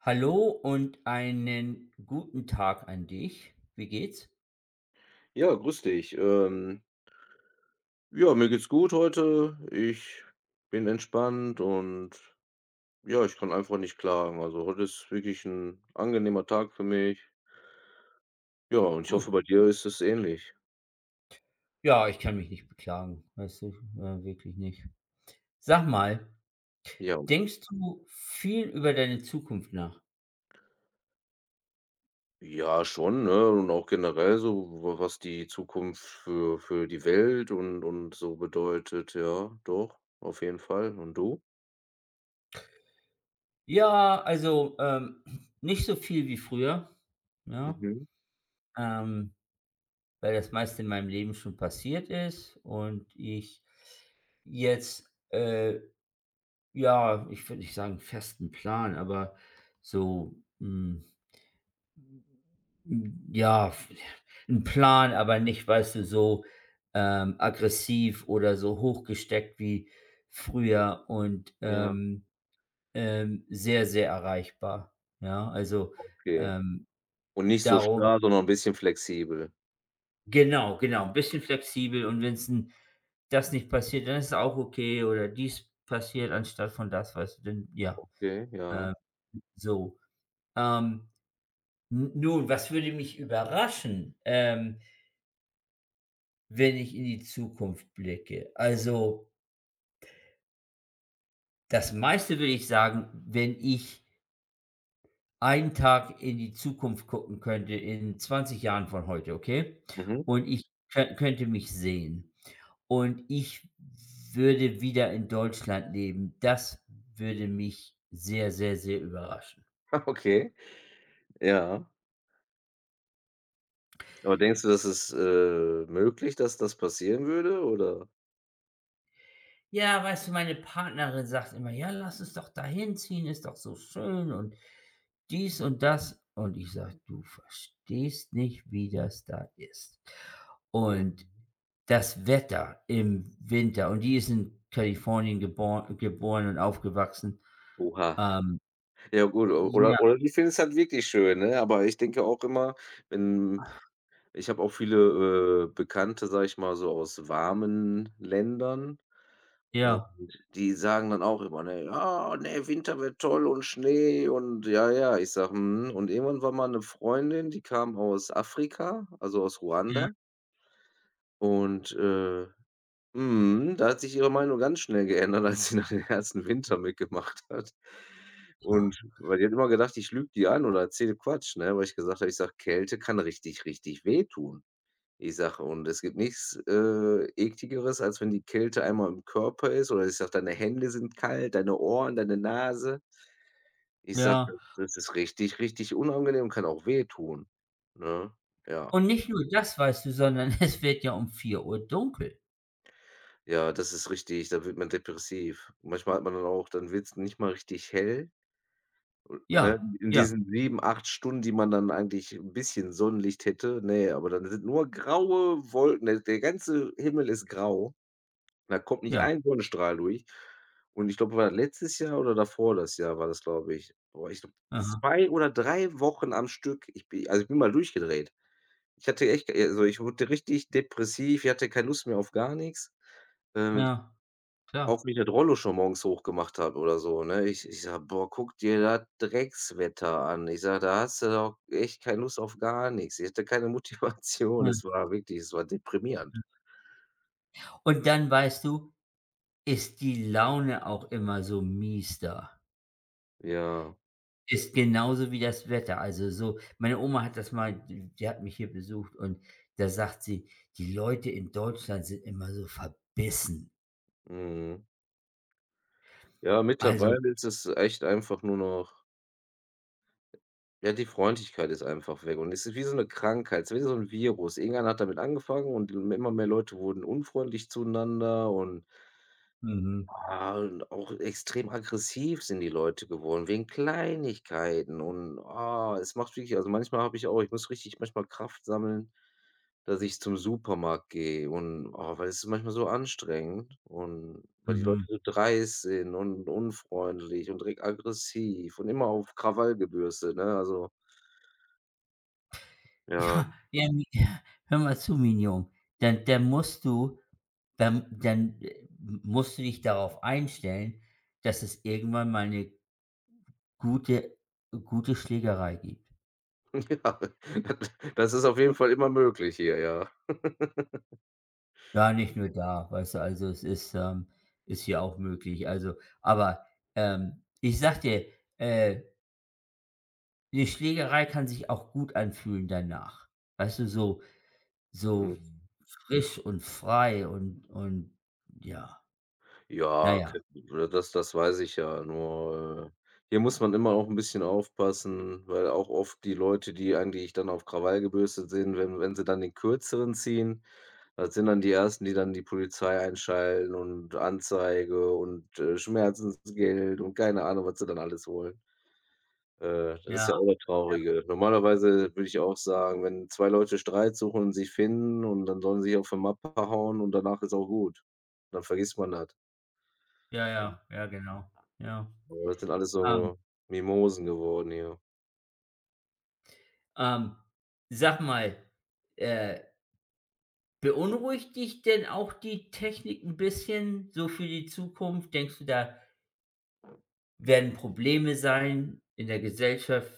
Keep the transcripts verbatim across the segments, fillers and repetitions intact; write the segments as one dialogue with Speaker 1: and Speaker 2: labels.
Speaker 1: Hallo und einen guten Tag an dich. Wie geht's?
Speaker 2: Ja, grüß dich. Ähm, ja, mir geht's gut heute. Ich bin entspannt und ja, ich kann einfach nicht klagen. Also heute ist wirklich ein angenehmer Tag für mich. Ja, und ich hoffe,
Speaker 1: Gut.
Speaker 2: bei dir ist es ähnlich.
Speaker 1: Ja, ich kann mich nicht beklagen. Weißt du, äh, wirklich nicht. Sag mal,
Speaker 2: Ja.
Speaker 1: denkst du viel über deine Zukunft nach?
Speaker 2: Ja, schon, ne? Und auch generell so, wa was die Zukunft für für die Welt und und so bedeutet. Ja, doch, auf jeden Fall. Und du?
Speaker 1: Ja, also, ähm, Nicht so viel wie früher, ja,
Speaker 2: Mhm.
Speaker 1: ähm, weil das meiste in meinem Leben schon passiert ist und ich jetzt, äh, ja, ich würde nicht sagen festen Plan, aber so, hm ja, ein Plan, aber nicht, weißt du, so, ähm, aggressiv oder so hochgesteckt wie früher und,
Speaker 2: Ja,
Speaker 1: ähm, ähm, sehr, sehr erreichbar. Ja, also,
Speaker 2: okay.
Speaker 1: ähm,
Speaker 2: Und nicht so
Speaker 1: Darum
Speaker 2: starr, sondern ein bisschen flexibel.
Speaker 1: genau, genau, ein bisschen flexibel und wenn's 'n das nicht passiert, dann ist es auch okay oder dies passiert anstatt von das, weißt du, dann ja,
Speaker 2: Okay, ja.
Speaker 1: ähm, so. Ähm, n nun, was würde mich überraschen? Ähm wenn ich in die Zukunft blicke. Also, das meiste würde ich sagen, wenn ich einen Tag in die Zukunft gucken könnte, in zwanzig Jahren von heute, okay?
Speaker 2: Mhm.
Speaker 1: Und ich kö könnte mich sehen und ich würde wieder in Deutschland leben. Das würde mich sehr, sehr, sehr überraschen.
Speaker 2: Okay. Ja. Aber denkst du, das ist, äh, möglich, dass das passieren würde, oder?
Speaker 1: Ja, weißt du, meine Partnerin sagt immer: „Ja, lass uns doch da hinziehen, ist doch so schön und dies und das.“ Und ich sage: „Du verstehst nicht, wie das da ist.“
Speaker 2: Mhm.
Speaker 1: Und das Wetter im Winter und die ist in Kalifornien gebor geboren und aufgewachsen.
Speaker 2: Oha.
Speaker 1: Ähm,
Speaker 2: Ja gut, o
Speaker 1: ja,
Speaker 2: oder oder die finden es halt wirklich schön, ne? Aber ich denke auch immer, wenn ich habe auch viele, äh, Bekannte, sage ich mal, so aus warmen Ländern und
Speaker 1: ja,
Speaker 2: die sagen dann auch immer, ne: „Ja, ne, Winter wird toll und Schnee und ja, ja." Ich sag „Mhm." Und irgendwann war mal eine Freundin, die kam aus Afrika, also aus
Speaker 1: ja,
Speaker 2: Ruanda und, äh Mhm, Da hat sich ihre Meinung ganz schnell geändert, als sie nach dem ersten Winter mitgemacht hat. Und weil die hat immer gedacht, ich lüge die an oder erzähle Quatsch, ne? Weil ich gesagt habe, ich sage: „Kälte kann richtig, richtig wehtun." Ich sage: „Und es gibt nichts, äh, Ekligeres, als wenn die Kälte einmal im Körper ist" oder ich sage: „Deine Hände sind kalt, deine Ohren, deine Nase." Ich sage:
Speaker 1: ja.
Speaker 2: „Das das ist richtig, richtig unangenehm und kann auch wehtun", ne? Ja.
Speaker 1: Und nicht nur das, weißt du, sondern es wird ja um vier Uhr dunkel.
Speaker 2: Ja, das ist richtig, da wird man depressiv. Manchmal hat man dann auch dann wird's nicht mal richtig hell. Ne,
Speaker 1: Ja,
Speaker 2: in
Speaker 1: ja,
Speaker 2: diesen sieben acht Stunden, die man dann eigentlich 'n bisschen Sonnenlicht hätte, ne, aber dann sind nur graue Wolken. Der der ganze Himmel ist grau. Da kommt nicht
Speaker 1: ja.
Speaker 2: ein Sonnenstrahl durch. Und ich glaube, war das letztes Jahr oder davor das Jahr war das, glaube ich. Boah, ich glaube,
Speaker 1: Aha,
Speaker 2: zwei oder drei Wochen am Stück. Ich bin also, ich bin mal durchgedreht. Ich hatte echt also, ich wurde richtig depressiv. Ich hatte keine Lust mehr auf gar nix. Ähm
Speaker 1: ja, klar.
Speaker 2: auch wie ich das Rollo schon morgens hochgemacht habe oder so, ne? Ich ich sage: „Boah, guck dir das Dreckswetter an." Ich sage: „Da hast du doch echt keine Lust auf gar nix." Ich hatte keine Motivation.
Speaker 1: Ja.
Speaker 2: Es war wirklich es war deprimierend.
Speaker 1: Und dann, weißt du, ist die Laune auch immer so mies da.
Speaker 2: Ja,
Speaker 1: Ist genauso wie das Wetter. Also, so meine Oma hat das mal, die die hat mich hier besucht und da sagt sie: „Die Leute in Deutschland sind immer so verbissen.“
Speaker 2: mhm. Ja,
Speaker 1: Also
Speaker 2: mittlerweile ist es echt einfach nur noch, ja, die Freundlichkeit ist einfach weg und es ist wie so 'ne Krankheit, es ist wie so 'n Virus. Irgendeiner hat damit angefangen und immer mehr Leute wurden unfreundlich zueinander und
Speaker 1: mhm,
Speaker 2: Ah, und auch extrem aggressiv sind die Leute geworden wegen Kleinigkeiten und, ah, es macht wirklich, also manchmal habe ich auch ich muss richtig manchmal Kraft sammeln, dass ich zum Supermarkt gehe und, ah, weil es ist manchmal so anstrengend und weil die Leute
Speaker 1: mhm.
Speaker 2: so dreist sind und unfreundlich und direkt aggressiv und immer auf Krawall gebürstet, ne? Also, ja,
Speaker 1: Ja, ja, mi ja, hör mal zu, Mignon. Dann dann musst du dann dann, äh, musst du dich darauf einstellen, dass es irgendwann mal eine gute gute Schlägerei gibt.
Speaker 2: ja, das ist auf jeden Fall immer möglich hier, ja.
Speaker 1: Ja, nicht nur da, weißt du, also es ist, ähm ist hier auch möglich. Also, aber, ähm, ich sage dir, äh, 'ne Schlägerei kann sich auch gut anfühlen danach. Weißt du, so so
Speaker 2: Mhm.
Speaker 1: frisch und frei und und ja,
Speaker 2: Ja,
Speaker 1: naja,
Speaker 2: ke äh, das das weiß ich ja, nur, äh, hier muss man immer auch ein bisschen aufpassen, weil auch oft die Leute, die eigentlich dann auf Krawall gebürstet sind, wenn wenn sie dann den Kürzeren ziehen, das sind dann die Ersten, die dann die Polizei einschalten und Anzeige und, äh, Schmerzensgeld und keine Ahnung, was sie dann alles wollen. Äh, das ist
Speaker 1: ja.
Speaker 2: ja auch das Traurige. Normalerweise würde ich auch sagen, wenn zwei Leute Streit suchen und sich finden, und dann sollen sie sich auf die Mappe hauen und danach ist auch gut. Dann vergisst man das,
Speaker 1: Ja,
Speaker 2: ne?
Speaker 1: ja, ja, ja, genau. Ja.
Speaker 2: Aber das sind alles
Speaker 1: Ähm,
Speaker 2: so Mimosen geworden hier.
Speaker 1: ähm, Sag mal, äh, beunruhigt dich denn auch die Technik ein bisschen so für die Zukunft? Denkst du da werden Probleme sein in der Gesellschaft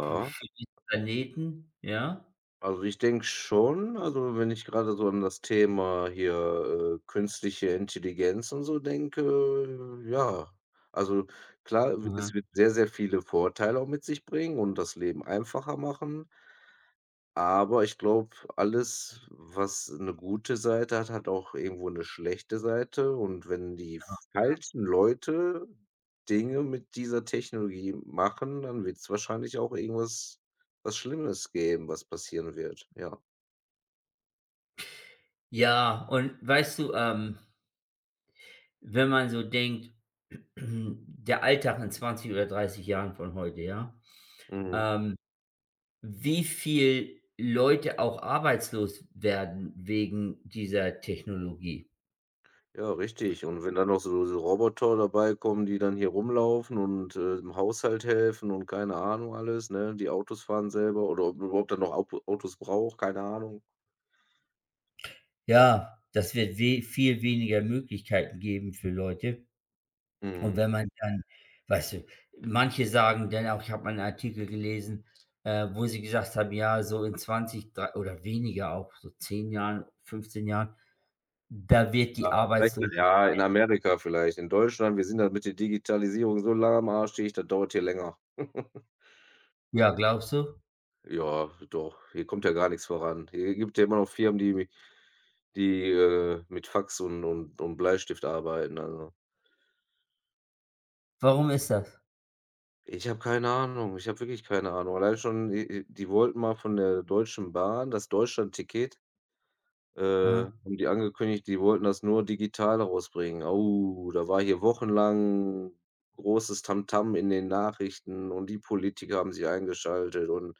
Speaker 1: für für diesen Planeten, ja?
Speaker 2: also ich denke schon, also wenn ich gerade so an das Thema hier, äh, künstliche Intelligenz und so denke, ja. Also klar, w es
Speaker 1: Mhm.
Speaker 2: wird sehr, sehr viele Vorteile auch mit sich bringen und das Leben einfacher machen. Aber ich glaube, alles, was eine gute Seite hat, hat auch irgendwo eine schlechte Seite. Und wenn die falschen Leute Dinge mit dieser Technologie machen, dann wird es wahrscheinlich auch irgendwas was Schlimmes geben, was passieren wird. Ja.
Speaker 1: Ja, und weißt du, ähm, wenn man so denkt, der Alltag in zwanzig oder dreißig Jahren von heute, ja?
Speaker 2: Mhm.
Speaker 1: Ähm, Wie viel Leute auch arbeitslos werden wegen dieser Technologie.
Speaker 2: Ja, richtig. Und wenn dann noch so so Roboter dabei kommen, die dann hier rumlaufen und, äh, im Haushalt helfen und keine Ahnung alles, ne? Die Autos fahren selber, oder ob man überhaupt dann noch Au Autos braucht, keine Ahnung.
Speaker 1: Ja, das wird we viel weniger Möglichkeiten geben für Leute. Und
Speaker 2: Mhm.
Speaker 1: wenn man dann, weißt du, manche sagen dann auch, ich habe mal 'n Artikel gelesen, äh, wo sie gesagt haben: „Ja, so in zwanzig, drei oder weniger auch, so zehn Jahren, fünfzehn Jahren, da wird
Speaker 2: Ja,
Speaker 1: die
Speaker 2: vielleicht in,
Speaker 1: Arbeitslosigkeit“.
Speaker 2: ja, in Amerika vielleicht. In Deutschland, wir sind da mit der Digitalisierung so lange am Arsch, ich das dauert hier länger.
Speaker 1: Ja, glaubst du?
Speaker 2: Ja, doch, hier kommt ja gar nichts voran. Hier gibt ja immer noch Firmen, die mi die, äh, mit Fax und und und Bleistift arbeiten, also.
Speaker 1: Warum ist das?
Speaker 2: Ich habe keine Ahnung, ich habe wirklich keine Ahnung. Allein schon, i die wollten mal von der Deutschen Bahn das Deutschland-Ticket. Äh,
Speaker 1: Aha.
Speaker 2: haben die angekündigt, die wollten das nur digital rausbringen. Oh, da war hier wochenlang großes Tamtam in den Nachrichten und die Politiker haben sich eingeschaltet, und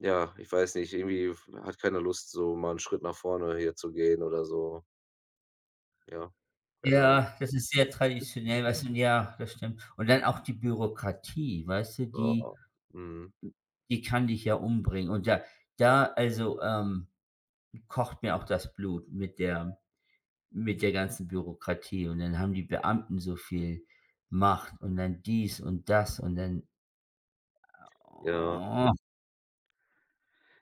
Speaker 2: ja, ich weiß nicht, irgendwie f hat keiner Lust, so mal einen Schritt nach vorne hier zu gehen oder so. Ja, keine Ahnung.
Speaker 1: Ja, das ist sehr traditionell, weißt du? Ja, das stimmt. Und dann auch die Bürokratie, weißt du, die
Speaker 2: Ja. Mhm.
Speaker 1: die kann dich ja umbringen. Und da, da also, ähm, kocht mir auch das Blut mit der, mit der ganzen Bürokratie und dann haben die Beamten so viel Macht und dann dies und das und dann
Speaker 2: Ja.
Speaker 1: oh,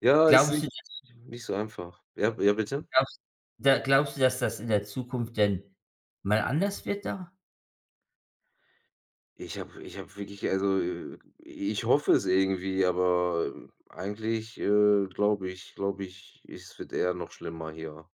Speaker 2: Ja, ist
Speaker 1: glaubst
Speaker 2: nicht
Speaker 1: du das
Speaker 2: nicht so einfach. Ja, ja, bitte?
Speaker 1: glaubst da glaubst du, dass das in der Zukunft denn mal anders wird da?
Speaker 2: Ich habe ich habe wirklich, also, äh, ich hoffe es irgendwie, aber, ähm, eigentlich, äh, glaube ich glaube ich, es wird eher noch schlimmer hier.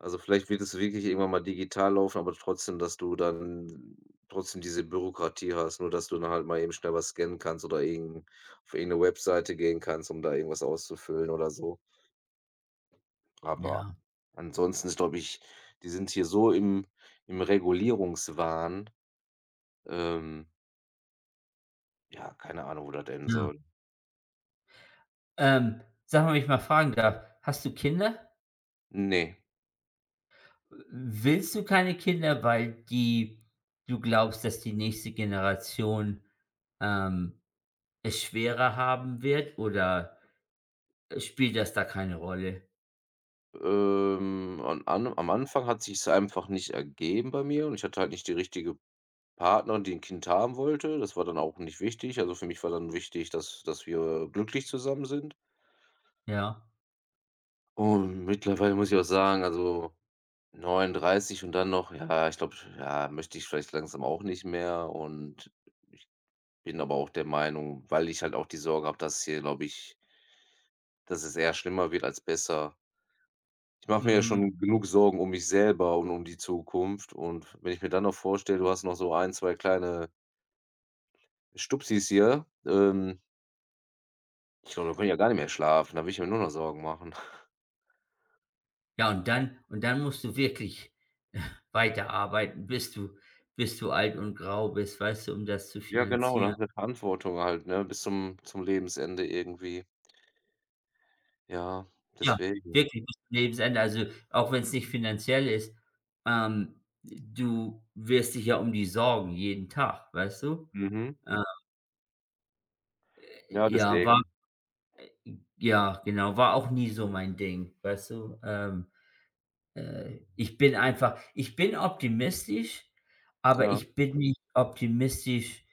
Speaker 2: Also, vielleicht wird es wirklich irgendwann mal digital laufen, aber trotzdem, dass du dann trotzdem diese Bürokratie hast, nur dass du dann halt mal eben schnell was scannen kannst oder irgend auf irgendeine Webseite gehen kannst, um da irgendwas auszufüllen oder so. Aber
Speaker 1: Ja,
Speaker 2: ansonsten ist, glaube ich, die sind hier so im im Regulierungswahn, ähm, ja, keine Ahnung, wo das enden
Speaker 1: ja.
Speaker 2: soll.
Speaker 1: Ähm, sag mal, wenn ich mal fragen darf, hast du Kinder?
Speaker 2: Ne,
Speaker 1: Willst du keine Kinder, weil die du glaubst, dass die nächste Generation, ähm, es schwerer haben wird oder spielt das da keine Rolle?
Speaker 2: ähm, an an am Anfang hat sich's einfach nicht ergeben bei mir und ich hatte halt nicht die richtige Partnerin, die 'n Kind haben wollte. Das war dann auch nicht wichtig. Also, für mich war dann wichtig, dass dass wir glücklich zusammen sind.
Speaker 1: Ja,
Speaker 2: Und mittlerweile muss ich auch sagen, also, neununddreißig und dann noch, ja, ich glaube, ja, möchte ich vielleicht langsam auch nicht mehr, und ich bin aber auch der Meinung, weil ich halt auch die Sorge habe, dass hier, glaube ich, dass es eher schlimmer wird als besser. Ich mache mir ja
Speaker 1: mhm.
Speaker 2: schon genug Sorgen um mich selber und um die Zukunft. Und wenn ich mir dann noch vorstelle, du hast noch so ein, zwei kleine Stupsis hier, ähm, ich glaube, da kann ich ja gar nicht mehr schlafen. Da will ich mir nur noch Sorgen machen.
Speaker 1: Ja, und dann und dann musst du wirklich, äh, weiterarbeiten, bis du bis du alt und grau bist, weißt du, um das zu
Speaker 2: Ja, genau, da
Speaker 1: finanzieren.
Speaker 2: hast du Verantwortung halt, ne, bis zum zum Lebensende irgendwie. Ja,
Speaker 1: Ja,
Speaker 2: deswegen.
Speaker 1: wirklich bis zum Lebensende. Also, auch wenn es nicht finanziell ist, ähm, du wirst dich ja um die sorgen jeden Tag, weißt du?
Speaker 2: Mhm.
Speaker 1: Äh,
Speaker 2: Ja,
Speaker 1: ja, war
Speaker 2: deswegen.
Speaker 1: ja, genau, war auch nie so mein Ding, weißt du? Ähm, äh, ich bin einfach, ich bin optimistisch, aber
Speaker 2: Ja.
Speaker 1: ich bin nicht optimistisch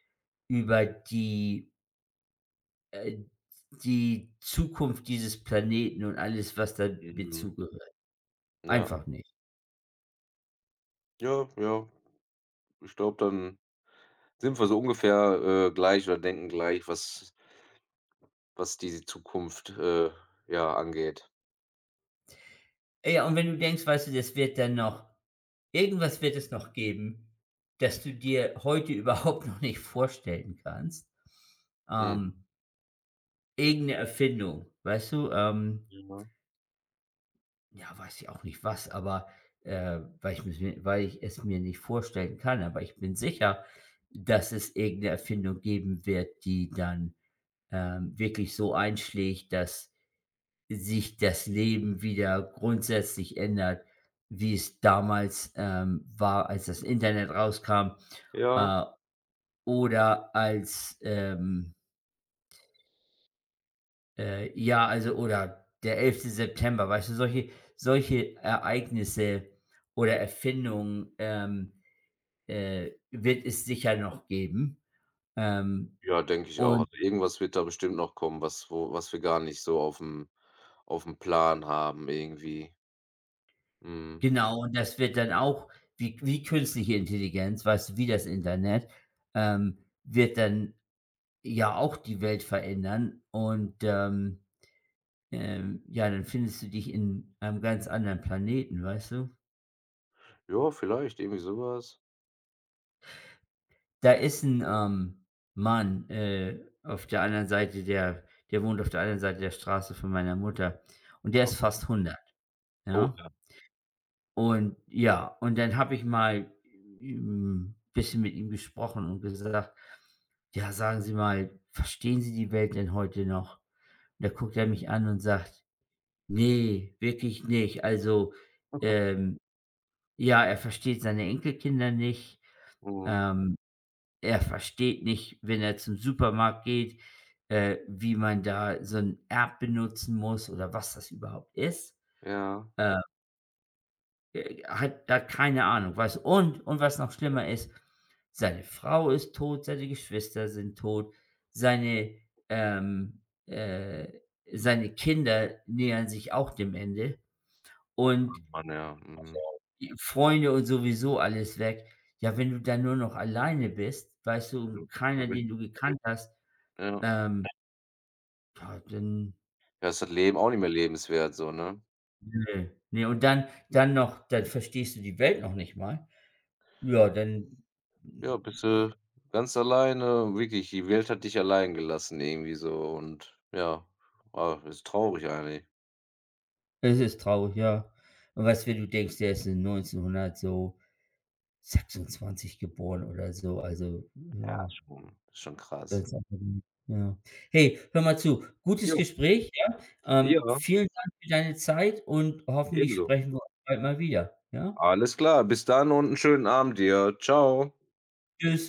Speaker 1: über die, Äh, die Zukunft dieses Planeten und alles, was damit
Speaker 2: Mhm.
Speaker 1: zugehört.
Speaker 2: Ja.
Speaker 1: Einfach nicht.
Speaker 2: Ja, ja. Ich glaube, dann sind wir so ungefähr, äh, gleich oder denken gleich, was was die Zukunft, äh, ja, angeht.
Speaker 1: Ja, und wenn du denkst, weißt du, das wird dann noch, irgendwas wird es noch geben, das du dir heute überhaupt noch nicht vorstellen kannst.
Speaker 2: Mhm.
Speaker 1: Ähm, Irgend 'ne Erfindung, weißt du? Ähm,
Speaker 2: Ja.
Speaker 1: ja, weiß ich auch nicht was, aber, äh, weil ich mir, weil ich es mir nicht vorstellen kann, aber ich bin sicher, dass es irgendeine Erfindung geben wird, die dann, ähm, wirklich so einschlägt, dass sich das Leben wieder grundsätzlich ändert, wie es damals, ähm, war, als das Internet rauskam,
Speaker 2: Ja.
Speaker 1: äh, oder als, ähm, äh ja, also, oder der elfte September, weißt du, solche solche Ereignisse oder Erfindungen, ähm, äh, wird es sicher noch geben. Ähm,
Speaker 2: Ja, denke ich auch.
Speaker 1: und
Speaker 2: Also, irgendwas wird da bestimmt noch kommen, was wo was wir gar nicht so auf dem auf dem Plan haben irgendwie. Mhm.
Speaker 1: genau, und das wird dann auch wie wie künstliche Intelligenz, weißt du, wie das Internet, ähm, wird dann ja auch die Welt verändern und, ähm, ähm, ja, dann findest du dich in einem ganz anderen Planeten, weißt du?
Speaker 2: Ja, vielleicht irgendwie sowas.
Speaker 1: Da ist ein, ähm, Mann, äh, auf der anderen Seite der, der wohnt auf der anderen Seite der Straße von meiner Mutter und der ist
Speaker 2: Okay.
Speaker 1: fast hundert,
Speaker 2: Oh,
Speaker 1: ja?
Speaker 2: ja.
Speaker 1: Und ja, und dann habe ich mal, hm, bisschen mit ihm gesprochen und gesagt: „Ja, sagen Sie mal, verstehen Sie die Welt denn heute noch?“ Und da guckt er mich an und sagt: Nee, wirklich nicht. Also, ähm, ja, er versteht seine Enkelkinder nicht.
Speaker 2: Mhm.
Speaker 1: Ähm, Er versteht nicht, wenn er zum Supermarkt geht, äh, wie man da so ein App benutzen muss oder was das überhaupt ist.
Speaker 2: Ja.
Speaker 1: Äh, äh, hat hat keine Ahnung, was, und und was noch schlimmer ist, seine Frau ist tot, seine Geschwister sind tot, seine, ähm, äh seine Kinder nähern sich auch dem Ende
Speaker 2: Oh
Speaker 1: und
Speaker 2: Mann, ja. Mhm.
Speaker 1: die Freunde und sowieso alles weg. Ja, wenn du dann nur noch alleine bist, weißt du,
Speaker 2: So. da
Speaker 1: keiner,
Speaker 2: wird-
Speaker 1: den du gekannt hast,
Speaker 2: Ja.
Speaker 1: ähm, ja, dann,
Speaker 2: Da ist das Leben auch nicht mehr lebenswert so, ne?
Speaker 1: ne, ne, und dann dann noch dann verstehst du die Welt noch nicht mal. Ja, dann,
Speaker 2: Ja, bist du ganz alleine, wirklich, die Welt hat dich allein gelassen irgendwie so und ja, ah, ist traurig eigentlich.
Speaker 1: es ist traurig, ja. Und weißt, wenn du denkst, der ist in neunzehnhundert so geboren oder so, also,
Speaker 2: Ja,
Speaker 1: ja.
Speaker 2: schon, ist schon
Speaker 1: Das
Speaker 2: krass.
Speaker 1: ist auch ja. Hey, hör mal zu, gutes
Speaker 2: Jo,
Speaker 1: Gespräch, ja? Ähm,
Speaker 2: ja,
Speaker 1: vielen Dank für deine Zeit und hoffentlich
Speaker 2: ebenso.
Speaker 1: sprechen wir uns bald mal wieder, ja?
Speaker 2: Alles klar, bis dann und einen schönen Abend dir. Ciao.
Speaker 1: Tschüss.